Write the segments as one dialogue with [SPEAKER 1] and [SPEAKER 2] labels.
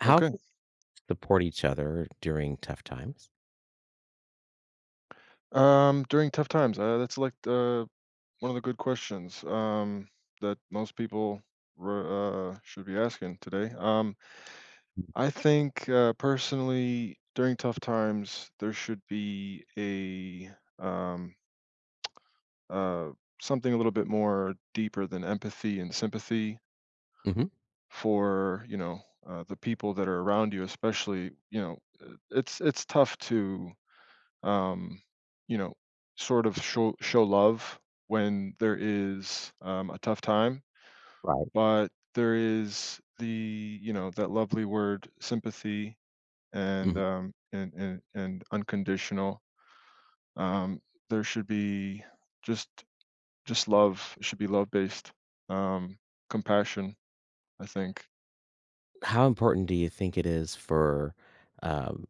[SPEAKER 1] How
[SPEAKER 2] Okay.
[SPEAKER 1] can we support each other during tough times?
[SPEAKER 2] During tough times, that's like one of the good questions that most people should be asking today.
[SPEAKER 1] Mm.
[SPEAKER 2] I think personally, during tough times, there should be a um, uh, something a little bit more deeper than empathy and sympathy
[SPEAKER 1] Mhm.
[SPEAKER 2] for the people that are around you, especially it's tough to um, you know, sort of show love when there is a tough time,
[SPEAKER 1] Right.
[SPEAKER 2] but there is the that lovely word sympathy and
[SPEAKER 1] Mhm.
[SPEAKER 2] and unconditional. Um, there should be just just love. It should be love based um, compassion. I think.
[SPEAKER 1] How important do you think it is for um,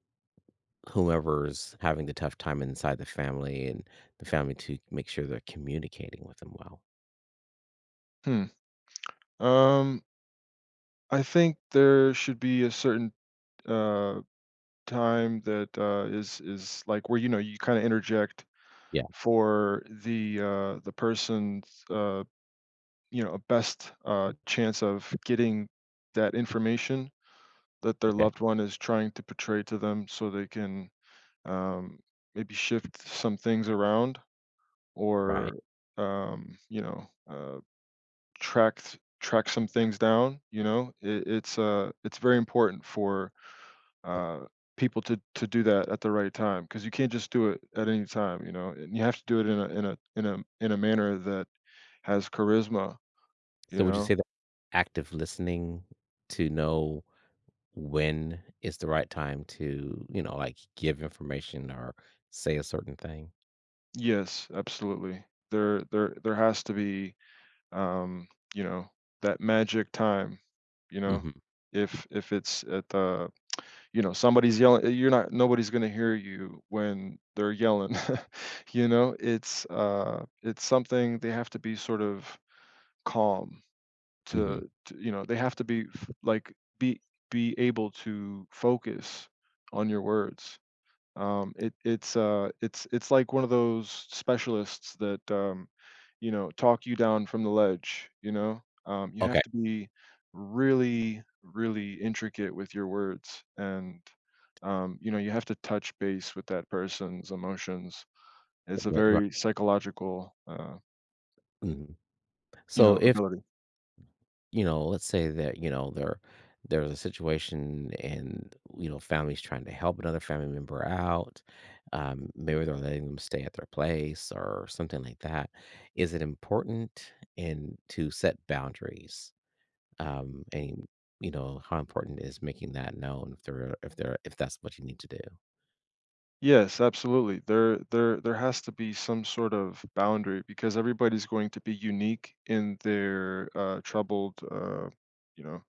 [SPEAKER 1] whomever's having the tough time inside the family and the family to make sure they're communicating with them well?
[SPEAKER 2] Hmm. Um, I think there should be a certain uh, time that is like where you kind of interject
[SPEAKER 1] Yeah.
[SPEAKER 2] for the person's best chance of getting that information that their
[SPEAKER 1] Okay.
[SPEAKER 2] loved one is trying to portray to them, so they can um, maybe shift some things around
[SPEAKER 1] Right.
[SPEAKER 2] or um, you know uh, track some things down. You know, it's very important for uh, people to do that at the right time because you can't just do it at any time. You know, and you have to do it in a manner that has charisma, you
[SPEAKER 1] So would you say
[SPEAKER 2] know?
[SPEAKER 1] that active listening to know when is the right time to, you know, like give information or say a certain thing?
[SPEAKER 2] Yes, absolutely. There has to be, um, you know, that magic time, you know?
[SPEAKER 1] Hmm.
[SPEAKER 2] If it's at the you know, somebody's yelling you're not nobody's gonna hear you when they're yelling, you know? It's it's something they have to be sort of calm
[SPEAKER 1] Hmm.
[SPEAKER 2] to you know, they have to be be able to focus on your words. It's like one of those specialists that, you know, talk you down from the ledge, you know? You have
[SPEAKER 1] Okay.
[SPEAKER 2] to be really, really intricate with your words and, you know, you have to touch base with that person's emotions. It's a
[SPEAKER 1] Okay, right.
[SPEAKER 2] very psychological,
[SPEAKER 1] Hmm.
[SPEAKER 2] you
[SPEAKER 1] So
[SPEAKER 2] know,
[SPEAKER 1] if
[SPEAKER 2] ability.
[SPEAKER 1] you know, let's say that, you know, there's a situation and, you know, family's trying to help another family member out. Maybe they're letting them stay at their place or something like that. Is it important and to set boundaries? And you know, how important is making that known if they're if that's what you need to do?
[SPEAKER 2] Yes, absolutely. There has to be some sort of boundary because everybody's going to be unique in their, troubled, you know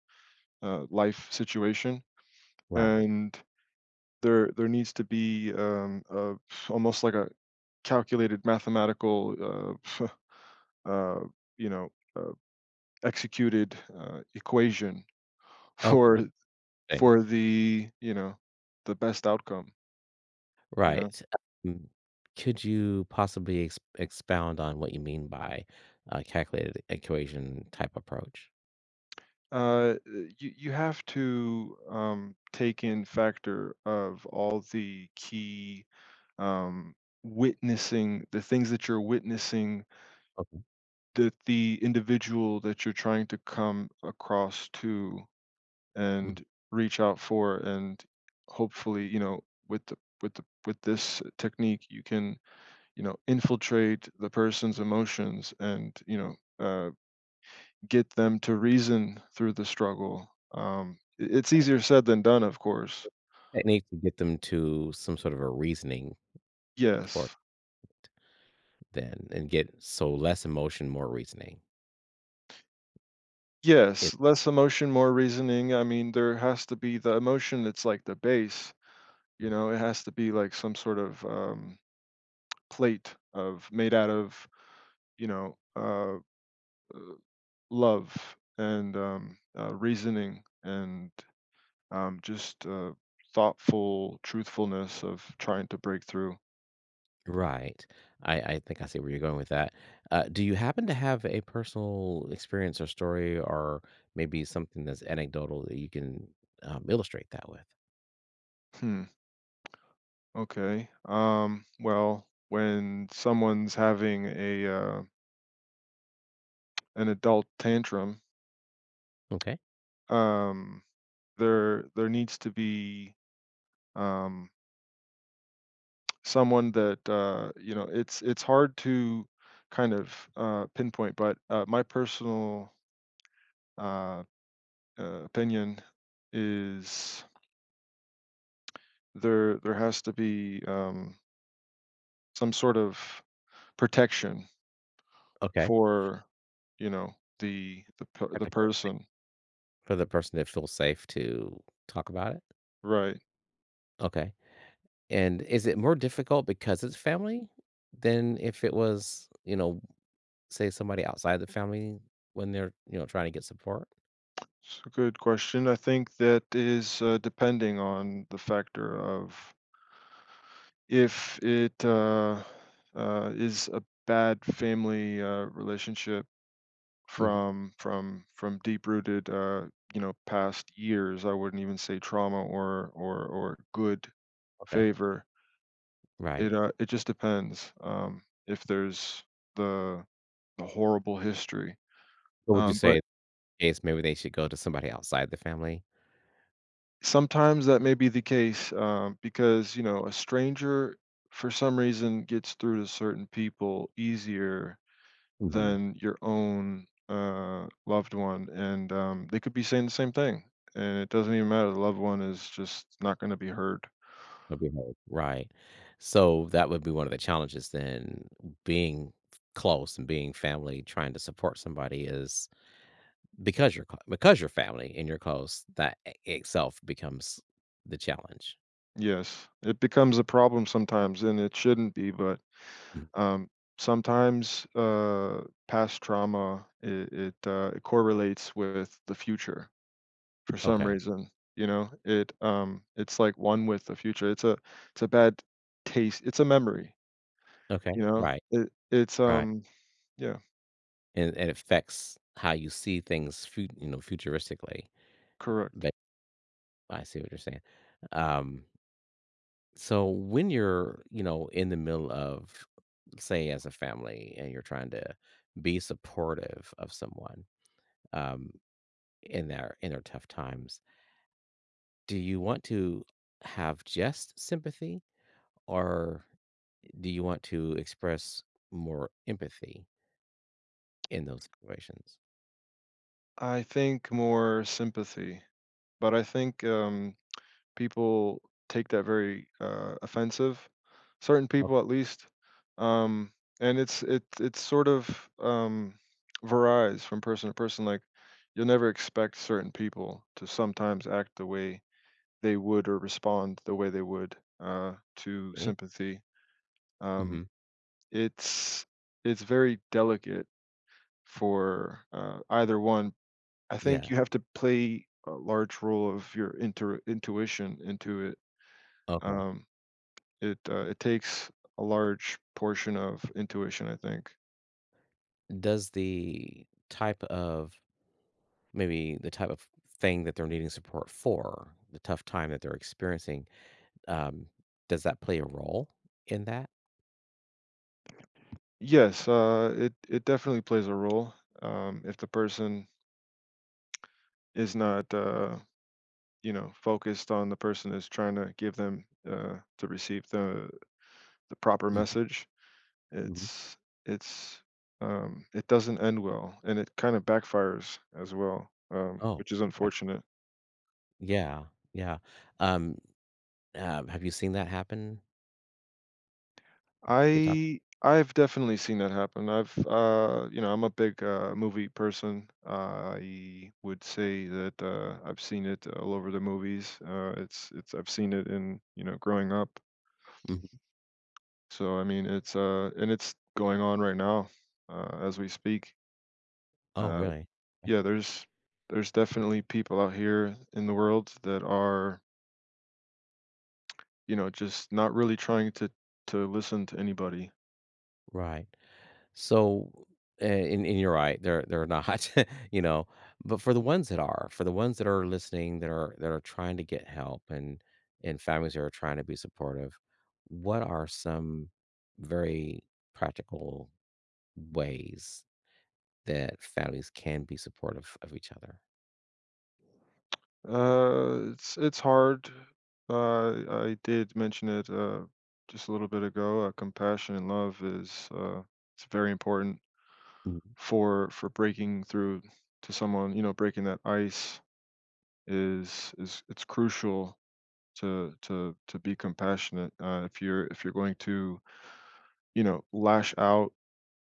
[SPEAKER 2] life situation,
[SPEAKER 1] Right.
[SPEAKER 2] and there needs to be almost like a calculated mathematical, uh, you know, uh, executed equation for
[SPEAKER 1] Okay.
[SPEAKER 2] the the best outcome. You know,
[SPEAKER 1] Right. Um, could you possibly ex expound on what you mean by a calculated equation type approach?
[SPEAKER 2] you have to take in factor of all the key um, witnessing the things that you're witnessing
[SPEAKER 1] Okay.
[SPEAKER 2] that the individual that you're trying to come across to
[SPEAKER 1] Mhm.
[SPEAKER 2] and reach out for and hopefully with the with this technique you can infiltrate the person's emotions and uh, get them to reason through the struggle. It's easier said than done, of course.
[SPEAKER 1] Technique to get them to some sort of a reasoning port,
[SPEAKER 2] Yes.
[SPEAKER 1] then and get so less emotion, more reasoning. It.
[SPEAKER 2] Yes Less emotion, more reasoning. I mean, there has to be the emotion. It's like the base, you
[SPEAKER 1] Mm.
[SPEAKER 2] know. It has to be like some sort of plate of made out of you know uh, love and reasoning and just thoughtful truthfulness of trying to break through.
[SPEAKER 1] Right. I think I see where you're going with that. Do you happen to have a personal experience or story or maybe something that's anecdotal that you can, illustrate that with?
[SPEAKER 2] Hmm. Okay. Well, when someone's having a an adult tantrum,
[SPEAKER 1] Okay.
[SPEAKER 2] um, there needs to be um, someone that you know. It's hard to kind of pinpoint, but my personal uh, opinion is there has to be some sort of protection
[SPEAKER 1] Okay.
[SPEAKER 2] for you know the
[SPEAKER 1] Have
[SPEAKER 2] the
[SPEAKER 1] to.
[SPEAKER 2] person.
[SPEAKER 1] For the person to feel safe to talk about it?
[SPEAKER 2] Right.
[SPEAKER 1] Okay. And is it more difficult because it's family than if it was, you know, say somebody outside the family when they're, you know, trying to get support?
[SPEAKER 2] It's a good question. I think that is depending on the factor of if it is a bad family relationship
[SPEAKER 1] Mhm.
[SPEAKER 2] from deep rooted you know past years. I wouldn't even say trauma or good
[SPEAKER 1] Okay.
[SPEAKER 2] favor.
[SPEAKER 1] Right.
[SPEAKER 2] It just depends. If there's the horrible history.
[SPEAKER 1] So would you say
[SPEAKER 2] But
[SPEAKER 1] in this case maybe they should go to somebody outside the family?
[SPEAKER 2] Sometimes that may be the case, because you know a stranger for some reason gets through to certain people easier
[SPEAKER 1] Mhm.
[SPEAKER 2] than your own loved one, and they could be saying the same thing, and it doesn't even matter. The loved one is just not going to be heard.
[SPEAKER 1] It'll be hard, right. So, that would be one of the challenges then, being close and being family, trying to support somebody is because you're cl because you're family and you're close, that I itself becomes the challenge.
[SPEAKER 2] Yes, it becomes a problem sometimes, and it shouldn't be, but
[SPEAKER 1] Mhm.
[SPEAKER 2] um, sometimes past trauma it correlates with the future for some
[SPEAKER 1] Okay,
[SPEAKER 2] reason. You know, it's like one with the future. It's a bad taste. It's a memory.
[SPEAKER 1] okay,
[SPEAKER 2] You know,
[SPEAKER 1] right,
[SPEAKER 2] it it's
[SPEAKER 1] right,
[SPEAKER 2] yeah,
[SPEAKER 1] and it affects how you see things fu you know, futuristically,
[SPEAKER 2] correct.
[SPEAKER 1] but I see what you're saying. Um. So when you're, you know, in the middle of, say, as a family, and you're trying to be supportive of someone um, in their tough times, do you want to have just sympathy, or do you want to express more empathy in those situations?
[SPEAKER 2] I think more sympathy, but I think, people take that very, offensive, certain people at least, um, and it it's sort of, varies from person to person, like, you'll never expect certain people to sometimes act the way they would or respond the way they would, to
[SPEAKER 1] Okay.
[SPEAKER 2] sympathy.
[SPEAKER 1] Mm-hmm.
[SPEAKER 2] Um, it's it's very delicate for, either one. I think you
[SPEAKER 1] Yes.
[SPEAKER 2] have to play a large role of your inter intuition into it.
[SPEAKER 1] Okay.
[SPEAKER 2] Um, it takes a large portion of intuition, I think.
[SPEAKER 1] Does the type of maybe the type of thing that they're needing support for, the tough time that they're experiencing, um, does that play a role in that?
[SPEAKER 2] Yes, it definitely plays a role. If the person is not, focused on the person is trying to give them to receive the proper
[SPEAKER 1] Mhm,
[SPEAKER 2] message,
[SPEAKER 1] mhm.
[SPEAKER 2] it's it's it doesn't end well, and it kind of backfires as well,
[SPEAKER 1] Oh,
[SPEAKER 2] which is
[SPEAKER 1] okay.
[SPEAKER 2] unfortunate.
[SPEAKER 1] Yeah, yeah. Um, have you seen that happen? You talk.
[SPEAKER 2] I've definitely seen that happen. I've You know, I'm a big movie person. I would say that I've seen it all over the movies. It's I've seen it in, you know, growing up.
[SPEAKER 1] Mhm.
[SPEAKER 2] So I mean, it's and it's going on right now as we speak.
[SPEAKER 1] Oh,
[SPEAKER 2] Uh
[SPEAKER 1] really? Okay.
[SPEAKER 2] yeah, there's definitely people out here in the world that are, you know, just not really trying to listen to anybody.
[SPEAKER 1] Right. So, a and you're right, they're not, you know, but for the ones that are, for the ones that are listening, that are trying to get help and families that are trying to be supportive, what are some very practical ways that families can be supportive of each other.
[SPEAKER 2] It's hard. I did mention it just a little bit ago. Compassion and love is it's very important
[SPEAKER 1] Mm,
[SPEAKER 2] for breaking through to someone. You know, breaking that ice is it's crucial to be compassionate. If you're if you're going to you know lash out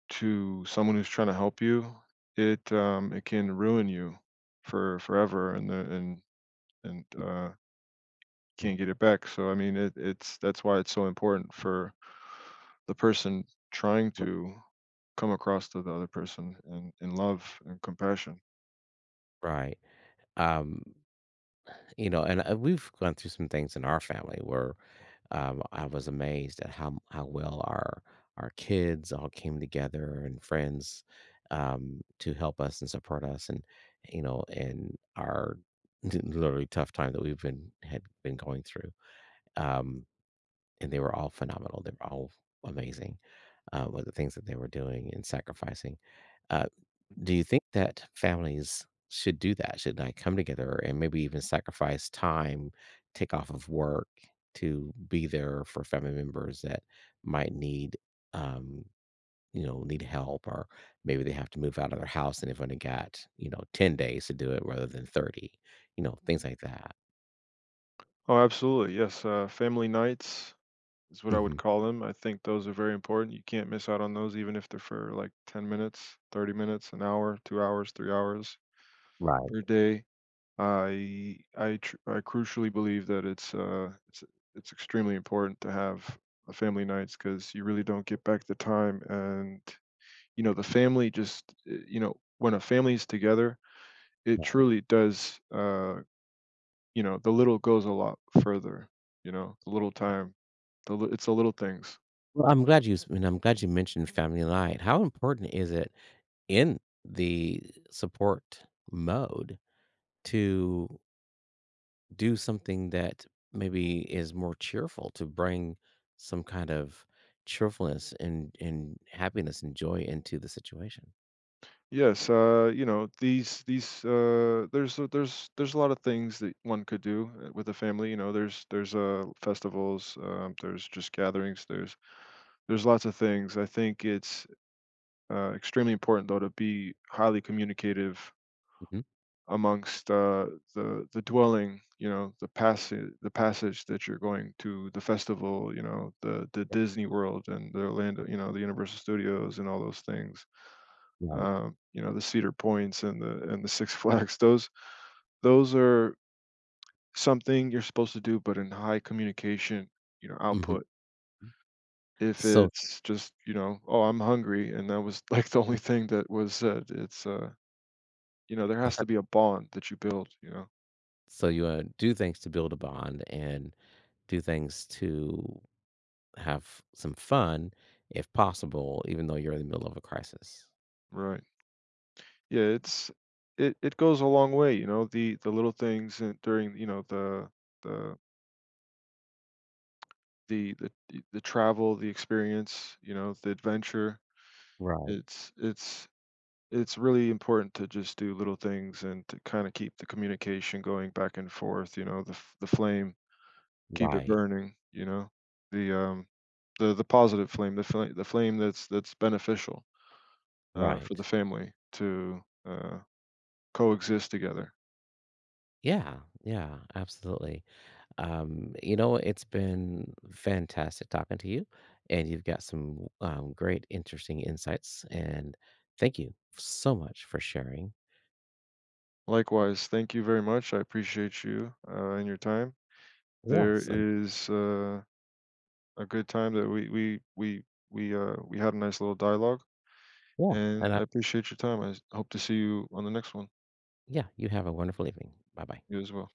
[SPEAKER 2] to someone who's trying to help you, it can ruin you for forever. And the and and uh,
[SPEAKER 1] mm,
[SPEAKER 2] can't get it back. So I mean, it, it's that's why it's so important for the person trying
[SPEAKER 1] right.
[SPEAKER 2] to come across to the other person in love and compassion.
[SPEAKER 1] Right. Um, you know, and we've gone through some things in our family where I was amazed at how well our kids all came together and friends to help us and support us, and you know, and our literally tough time that we've been had been going through. Um, and they were all phenomenal. They were all amazing with the things that they were doing and sacrificing. Uh, Do you think that families should do that? Should like come together and maybe even sacrifice time, take off of work to be there for family members that might need, um, you know, need help, or maybe they have to move out of their house and they've only got, you know, 10 days to do it rather than 30, you know, things like that.
[SPEAKER 2] Oh, absolutely. Yes. Family nights is what I would
[SPEAKER 1] Hmm.
[SPEAKER 2] call them. I think those are very important. You can't miss out on those, even if they're for like 10 minutes, 30 minutes, an hour, 2 hours, 3 hours
[SPEAKER 1] Right,
[SPEAKER 2] per day. I crucially believe that it's extremely important to have a family nights because you really don't get back the time, and you know the family just you know when a family is together it
[SPEAKER 1] right.
[SPEAKER 2] truly does you know the little goes a lot further, you know, the little time, it's the little things.
[SPEAKER 1] Well, I'm glad you and I'm glad you mentioned family light. How important is it in the support mode to do something that maybe is more cheerful to bring some kind of cheerfulness and happiness and joy into the situation.
[SPEAKER 2] Yes, you know, these there's a lot of things that one could do with a family. You know, there's festivals, there's just gatherings, there's lots of things. I think it's extremely important though to be highly communicative
[SPEAKER 1] Mhm.
[SPEAKER 2] amongst the dwelling, you know, the passage the passage, that you're going to the festival, you know, the Disney World and the Orlando, you know, the Universal Studios and all those things.
[SPEAKER 1] Right.
[SPEAKER 2] You know, the Cedar Points and the Six Flags. Those are something you're supposed to do, but in high communication, you know,
[SPEAKER 1] Mhm.
[SPEAKER 2] output. If
[SPEAKER 1] So
[SPEAKER 2] it's just you know, oh, I'm hungry, and that was like the only thing that was said. It's You know, there has to be a bond that you build. You know,
[SPEAKER 1] you do things to build a bond and do things to have some fun if possible, even though you're in the middle of a crisis.
[SPEAKER 2] right. Yeah, it it goes a long way, you know, the little things, and during, you know, the the travel, the experience, you know, the adventure.
[SPEAKER 1] Right.
[SPEAKER 2] It's it's it's really important to just do little things and to kind of keep the communication going back and forth, you know, the flame, keep it
[SPEAKER 1] Right.
[SPEAKER 2] burning, you know. The um the positive flame, the flame that's beneficial for the
[SPEAKER 1] Right.
[SPEAKER 2] family to uh coexist together.
[SPEAKER 1] Yeah. Yeah. Absolutely. You know, it's been fantastic talking to you, and you've got some great, interesting insights. And thank you so much for sharing.
[SPEAKER 2] Likewise, thank you very much. I appreciate you and your time. There
[SPEAKER 1] Yes, and
[SPEAKER 2] is a good time that we had a nice little dialogue,
[SPEAKER 1] yeah,
[SPEAKER 2] and
[SPEAKER 1] and
[SPEAKER 2] I appreciate your time. Hope to see you on the next one.
[SPEAKER 1] yeah, you have a wonderful evening. Bye bye.
[SPEAKER 2] You as well.